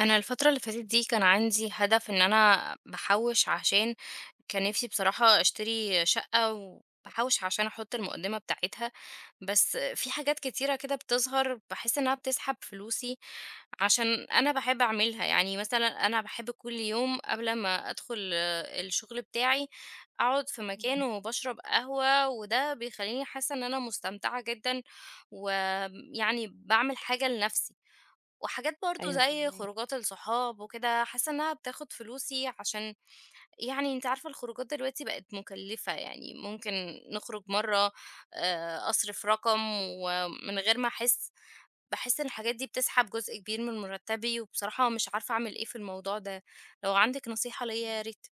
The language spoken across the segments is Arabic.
انا الفتره اللي فاتت دي كان عندي هدف ان انا بحوش عشان كان نفسي بصراحه اشتري شقه وبحوش عشان احط المقدمه بتاعتها. بس في حاجات كتيره كده بتظهر بحس انها بتسحب فلوسي عشان انا بحب اعملها، يعني مثلا انا بحب كل يوم قبل ما ادخل الشغل بتاعي اقعد في مكان إمم. وبشرب قهوة، وده بيخليني حاسة ان انا مستمتعة جدا ويعني بعمل حاجة لنفسي. وحاجات برضه أيوه زي فاهماكِ. خروجات الصحاب وكده، حاسة إنها بتاخد فلوسي عشان يعني أنتِ عارفة الخروجات دلوقتي بقت مكلفة، يعني ممكن نخرج مرّة أصرف رقم ومن غير ما أحس، باحس إن الحاجات دي بتسحب جزء كبير من مرتبي، وبصراحة مش عارفة أعمل إيه في الموضوع ده، لو عندِك نصيحة ليّا يا إمم. ريت.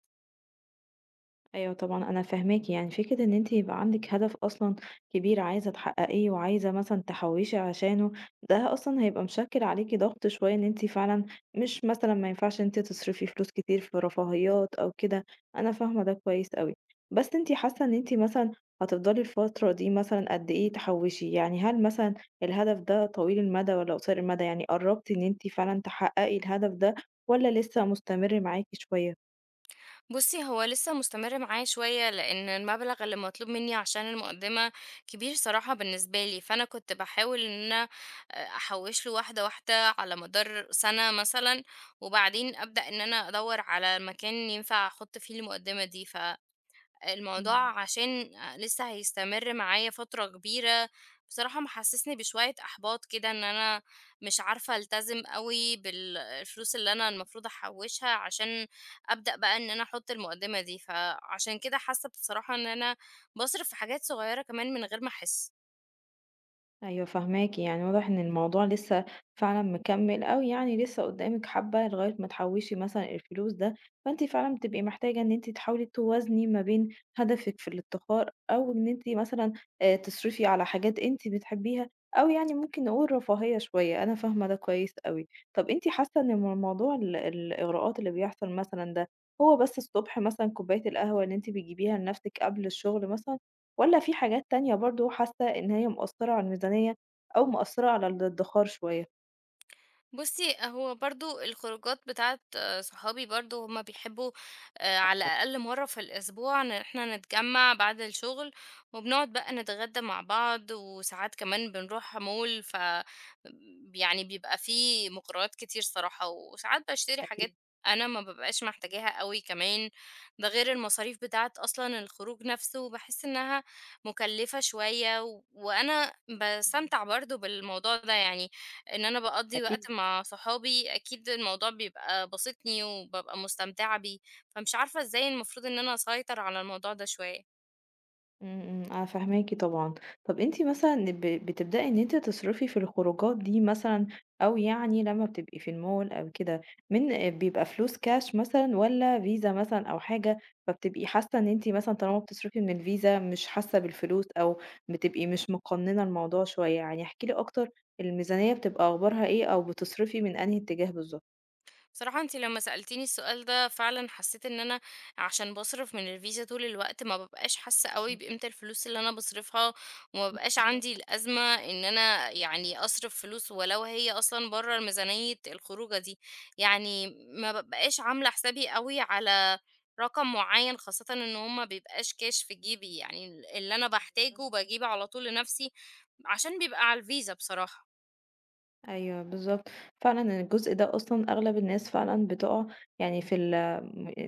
أيوه طبعًا أنا فاهماكِ، يعني فكرة إن أنتِ يبقى عندِك هدف أصلًا كبير عايزة تحققيه وعايزة مثلًا تحوّشي عشانه، ده أصلًا هيبقى مشكِّل عليكِ ضغط شوية إن أنتِ فعلًا مش مثلًا ما ينفعش إن أنتِ تصرفي فلوس كتير في رفاهيات أو كده، أنا فاهمة ده كويس أوي. بس أنتِ حاسة إن أنتِ مثلًا هتفضلي الفترة دي مثلًا قد إيه تحوّشي؟ يعني هل مثلًا الهدف ده طويل المدى والّا قصير المدى؟ يعني قرّبتِ إن أنتِ فعلًا تحققي الهدف ده والّا لسه مستمر معاكِ شوية؟ بُصّي، هو لسه مستمر معايا شوية، لإن المبلغ اللي مطلوب مني عشان المقدمة كبير صراحة بالنسبة لي، فأنا كنت باحاول إن أنا أحوّش له واحدة، واحدة على مدار سنة مثلًا، وبعدين أبدأ إن أنا أدوّر على مكان ينفع أحط فيه المقدمة دي. إمم. الموضوع عشان لسه هيستمر معايا فترة كبيرة، بصراحة محسسني بشوية إحباط كده إن أنا مش عارفة ألتزم أوي الفلوس اللي أنا المفروض أحوّشها عشان أبدأ بقى إن أنا أحط المقدمة دي، فعشان كده حاسة بصراحة إن أنا باصرف في حاجات صغيرة كمان من غير ما أحس. أيوه فاهماكِ، يعني واضح إن الموضوع لسه فعلًا مكمّل أو يعني لسه قدّامِك حبّة لغاية ما تحوّشي مثلًا الفلوس ده، فأنتِ فعلًا بتبقي محتاجة إن أنتِ تحاولي توازني ما بين هدفِك في الادخار أو إن أنتِ مثلًا تصرفي على حاجات أنتِ بتحبيها أو يعني ممكن نقول رفاهية شوية، أنا فاهمة ده كويس أوي. طَب أنتِ حاسة إن موضوع الإغراءات اللي بيحصل مثلًا ده، هو بس الصبح مثلًا كوباية القهوة اللي أنتِ بتجيبيها لنَفْسِك قبل الشغل مثلًا؟ والّا في حاجات تانية برضه حاسة إن هي مأثّرة على الميزانية أو مأثّرة على الادخار شوية؟ بُصّي، هو برضه الخروجات بتاعة صحابي برضه هُم بيحبّوا على آه. الأقل مرّة في الأسبوع إن إحنا نتجمّع بعد الشغل، وبنقعد بقى نتغدى مع بعض، وساعات كمان بنروح مول. ف ب يعني بيبقى في مغريات كتير صراحة، وساعات باشتري حاجات أكيد. أنا ما بابقاش محتاجاها أوي كمان، ده غير المصاريف بتاعة أصلًا الخروج نفسه باحس إنها مُكلّفة شوية، و... وأنا باستمتع برضه بالموضوع ده يعني، إن أنا باقضّي أكيد، وقت مع صحابي، أكيد الموضوع بيبقى باسطني وبابقى مستمتعة بيه، فمش عارفة إزاي المفروض إن أنا أسيطر على الموضوع ده شوية. إمم، إمم، أنا فاهماكِ طبعًا. طَب أنتِ مثلًا بتبدئي إن أنتِ تصرفي في الخروجات دي مثلًا أو يعني لمّا بتبقي في المول أو كده، من بيبقى فلوس كاش مثلًا والّا فيزا مثلًا أو حاجة، فبتبقي حاسة إن أنتِ مثلًا طالما بتصرفي من الفيزا مش حاسة بالفلوس أو بتبقي مش مقننة الموضوع شوية؟ يعني احكي لي أكتر، الميزانية بتبقى أخبارها إيه أو بتصرفي من أنهي اتجاه بالضبط؟ بصراحة انتي لما سألتيني السؤال ده فعلا حسيت ان انا عشان بصرف من الفيزا طول الوقت ما ببقاش حاسة قوي إمم، بقيمة الفلوس اللي انا بصرفها، وما ببقاش عندي بالضبط. الأزمة ان انا يعني اصرف فلوس ولو هي اصلا بره ميزانية الخروجة دي. يعني ما ببقاش عاملة حسابي قوي على رقم معين، خاصة ان هما بيبقاش كاش في جيبي، يعني اللي انا بحتاجه بجيبه على طول لنفسي عشان بيبقى على الفيزا بصراحة. أيوه بالضبط، فعلًا الجزء ده أصلًا أغلب الناس فعلًا بتُقع يعني في ال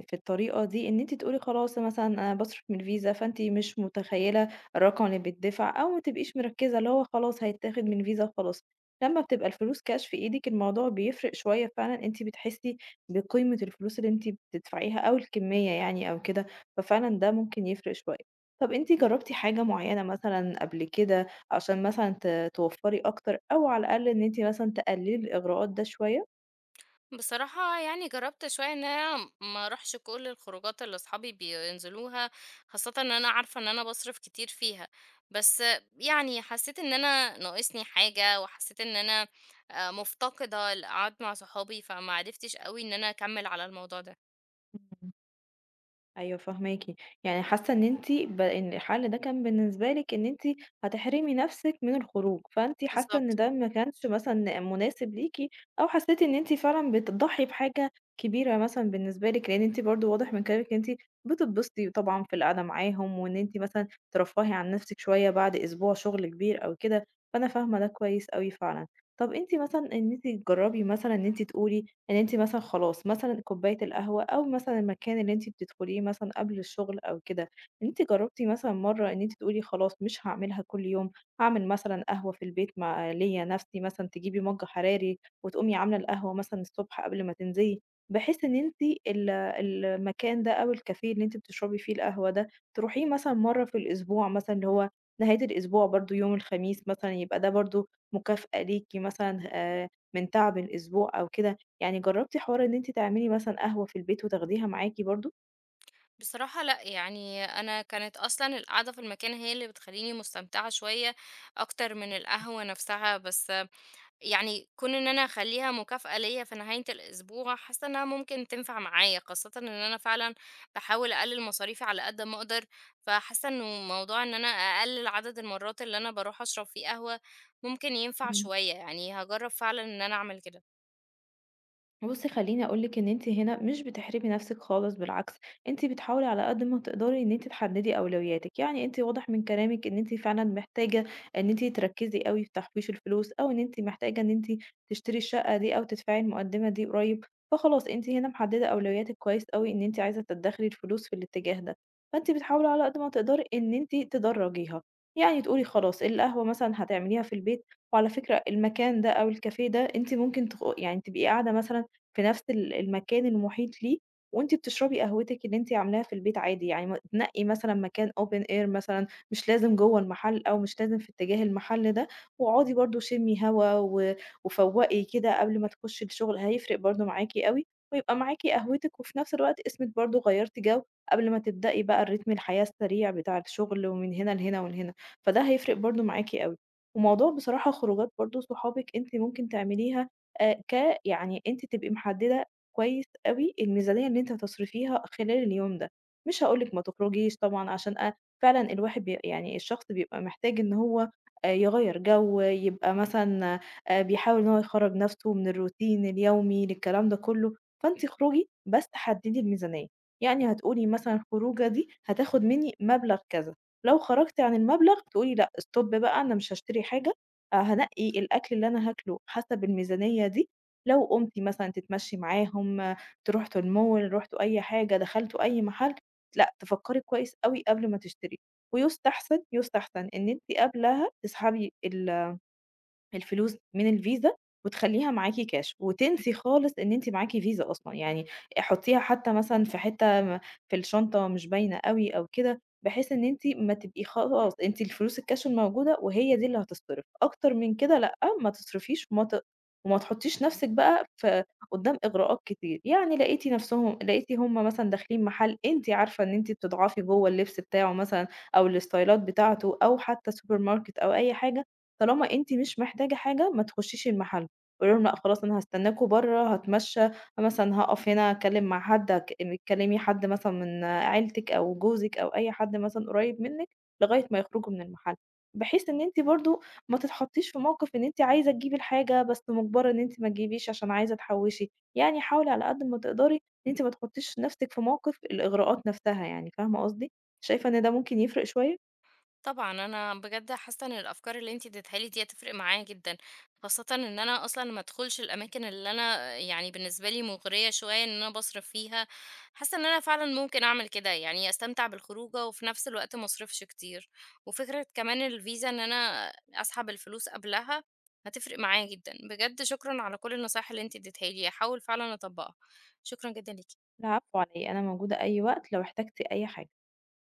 في الطريقة دي، إن أنتِ تقولي خلاص مثلًا أنا باصرف من الفيزا، فأنتِ مش متخيلة الرقم اللي بيتدفع، أو ما تبقيش مركزة اللي هو خلاص هيتاخد من فيزا وخلاص، لمّا بتبقى الفلوس كاش في إيدِك الموضوع بيفرق شوية فعلًا، أنتِ بتحسي بقيمة الفلوس اللي أنتِ بتدفعيها أو الكمية يعني أو كده، ففعلًا ده ممكن يفرق شوية. طب أنتِ جربتِ حاجة معينة مثلًا قبل كده عشان مثلًا توفّري أكتر أو على الأقل إن أنتِ مثلًا تقلّلي الإغراءات ده شوية؟ بصراحة يعني جربت شوية ان انا ما اروحش كل الخروجات اللي اصحابي بينزلوها خاصة ان انا عارفة ان انا بصرف كتير فيها، بس يعني حسيت ان انا ناقصني حاجة وحسيت ان انا مفتقدة القعد مع صحابي، فما عرفتش قوي ان انا اكمل على الموضوع ده. إمم. أيوه فاهماكِ، يعني حاسة إن أنتِ ب إن الحل ده كان بالنسبة لِك إن أنتِ هتحرمي نفسِك من الخروج، فأنتِ حاسة إن بالظبط. ده ما كانش مثلًا مناسب ليكِ، أو حسيتِ إن أنتِ فعلًا بتضحي بحاجة كبيرة مثلًا بالنسبة لِك، لأن أنتِ برضه واضح من كلامِك إن أنتِ بتتبسطي طبعًا في القعدة معاهم، وإن أنتِ مثلًا ترفّهي عن نفسِك شوية بعد أسبوع شغل كبير أو كده، فأنا فاهمة ده كويس أوي فعلًا. طَب أنتِ مثلًا إن أنتِ تجرّبي مثلًا إن أنتِ تقولي إن أنتِ مثلًا خلاص مثلًا كوباية القهوة أو مثلًا المكان اللي أنتِ بتدخليه مثلًا قبل الشغل أو كده، ان أنتِ جرّبتِ مثلًا مرّة إن أنتِ تقولي خلاص مش هاعملها كل يوم، هاعمل مثلًا قهوة في البيت مع ليّا نَفْسي مثلًا تجيبي مَج حراري وتقومي عاملة القهوة مثلًا الصبح قبل ما تنزلي، بحيث إن أنتِ ال المكان ده أو الكافيه اللي أنتِ بتشربي فيه القهوة ده، تروحيه مثلًا مرّة في الأسبوع مثلًا اللي هو نهاية الأسبوع برضه يوم الخميس مثلًا، يبقى ده برضه مكافأة ليكِ مثلًا من تعب الأسبوع أو كده. يعني جرّبتِ حوار إن أنتِ تعملي مثلًا قهوة في البيت وتاخديها معاكِ برضه؟ بصراحة لا، يعني أنا كانت أصلا القعدة في المكان هي اللي بتخليني مستمتعة شوية أكتر من القهوة نفسها، بس يعني كون إن أنا أخلّيها مكافأة ليّا في نهاية الأسبوع، حاسة إنها ممكن تنفع معايا، خاصةً إن أنا فعلًا باحاول أقلِّل مصاريفي على قد ما أقدر، فحاسة إنه موضوع إن أنا أقلِّل عدد المرات اللي أنا باروح أشرب فيه قهوة ممكن ينفع شوية، يعني هاجرّب فعلًا إن أنا أعمل كده. بُصّي، خلّيني أقول لِك إن أنتِ هنا مش بتحرمي نفسِك خالص، بالعكس، أنتِ بتحاولي على قد ما تقدري إن أنتِ تحددي أولوياتِك، يعني أنتِ واضح من كلامِك إن أنتِ فعلًا محتاجة إن أنتِ تركّزي أوي في تحويش الفلوس، أو إن أنتِ محتاجة إن أنتِ تشتري الشقة دي أو تدفعي المقدمة دي قريب، فخلاص أنتِ هنا محددة أولوياتِك كويس أوي إن أنتِ عايزة تدخّري الفلوس في الاتجاه ده، فأنتِ بتحاولي على قد ما تقدري إن أنتِ تدرّجيها، يعني تقولي خلاص القهوة مثلًا هتعمليها في البيت، وعلى فكرة المكان ده أو الكافيه ده أنتِ ممكن يعني تبقي قاعدة مثلًا في نفس المكان المحيط ليه، وأنتِ بتشربي قهوتِك اللي أنتِ عاملاها في البيت عادي، يعني تنقّي مثلًا مكان open air مثلًا، مش لازم جوّه المحل أو مش لازم في اتجاه المحل ده، واقعدي برضه شمي هوا و وفوّقي كده قبل ما تخشي الشغل، هيفرق برضه معاكِ أوي، ويبقى معاكِ قهوتِك وفي نفس الوقت اسمِك برضه غيّرتِ جو قبل ما تبدئي بقى الريتم الحياة السريع بتاع الشغل ومن هنا لهنا ولهنا، فده هيفرق برضه معاكِ أوي. وموضوع بصراحة خروجات برضه صحابِك أنتِ ممكن تعمليها ك يعني أنتِ تبقي محددة كويس أوي الميزانية اللي أنتِ هتصرفيها خلال اليوم ده، مش هاقول لِك ما تخرجيش طبعًا، عشان فعلًا الواحد بي يعني الشخص بيبقى محتاج إن هو يغيّر جو، يبقى مثلًا بيحاول إن هو يخرّج نفسه من الروتين اليومي للكلام ده كله، فأنتِ اخرجي بس حددي الميزانية، يعني هتقولي مثلًا الخروجة دي هتاخد مني مبلغ كذا، لو خرجتِ عن المبلغ تقولي لأ، stop بقى، أنا مش هاشتري حاجة، هانقّي الأكل اللي أنا هاكله حسب الميزانية دي، لو قُمتِ مثلًا تتمشّي معاهم، رُحتوا المول، رُحتوا أي حاجة، دخلتوا أي محل، لأ، تفكّري كويس أوي قبل ما تشتري، ويُستحسن، يُستحسن إن أنتِ قبلها تسحبي الفلوس من الفيزا وتخلّيها معاكِ كاش، وتنسي خالص إن أنتِ معاكِ فيزا أصلًا، يعني حُطّيها حتى مثلًا في حتّة في الشنطة مش باينة أوي أو كده، بحيث إن أنتِ ما تبقي خلاص أنتِ الفلوس الكاش الموجودة وهي دي اللي هتصرف، أكتر من كده لأ، ما تصرفيش وما تحطّيش نَفْسِك بقى قدّام إغراءات كتير، يعني لقيتِ هم مثلًا داخلين محل أنتِ عارفة إن أنتِ بتضعفي جوّه اللبس بتاعه مثلًا أو الإستايلات بتاعته أو حتى سوبر ماركت أو أي حاجة، طالما أنتِ مش محتاجة حاجة ما تخشيش المحل، قولي لهم لأ خلاص أنا هاستناكم برّه، هاتمشى، مثلًا هاقف هنا أكلم مع حد، تكلمي حد مثلًا من عيلتِك أو جوزِك أو أي حد مثلًا قريب منِك لغاية ما يخرجوا من المحل، بحيث إن أنتِ برضه ما تتحطيش في موقف إن أنتِ عايزة تجيبي الحاجة بس مُجبرة إن أنتِ ما تجيبيش عشان عايزة تحوشي، يعني حاولي على قد ما تقدري إن أنتِ ما تحطيش نفسِك في موقف الإغراءات نفسها يعني، فاهمة قصدي؟ شايفة إن ده ممكن يفرق شوية؟ طبعًا، أنا بجد حاسة إن الأفكار اللي أنتِ اديتيها لي دي هتفرق معايا جدًا، خاصةً إن أنا أصلًا ما ادخلش الأماكن اللي أنا يعني بالنسبة لي مغرية شوية إن أنا باصرف فيها، حاسة إن أنا فعلًا ممكن أعمل كده، يعني أستمتع بالخروجة وفي نفس الوقت ما اصرفش كتير، وفكرة كمان الفيزا إن أنا أسحب الفلوس قبلها هتفرق معايا جدًا، بجد شكرًا على كل النصايح اللي أنتِ اديتيها لي، هاحاول فعلًا أطبّقها، شكرًا جدًا ليكِ. العفو على إيه، أنا موجودة أي وقت لو احتجتِ أي حاجة.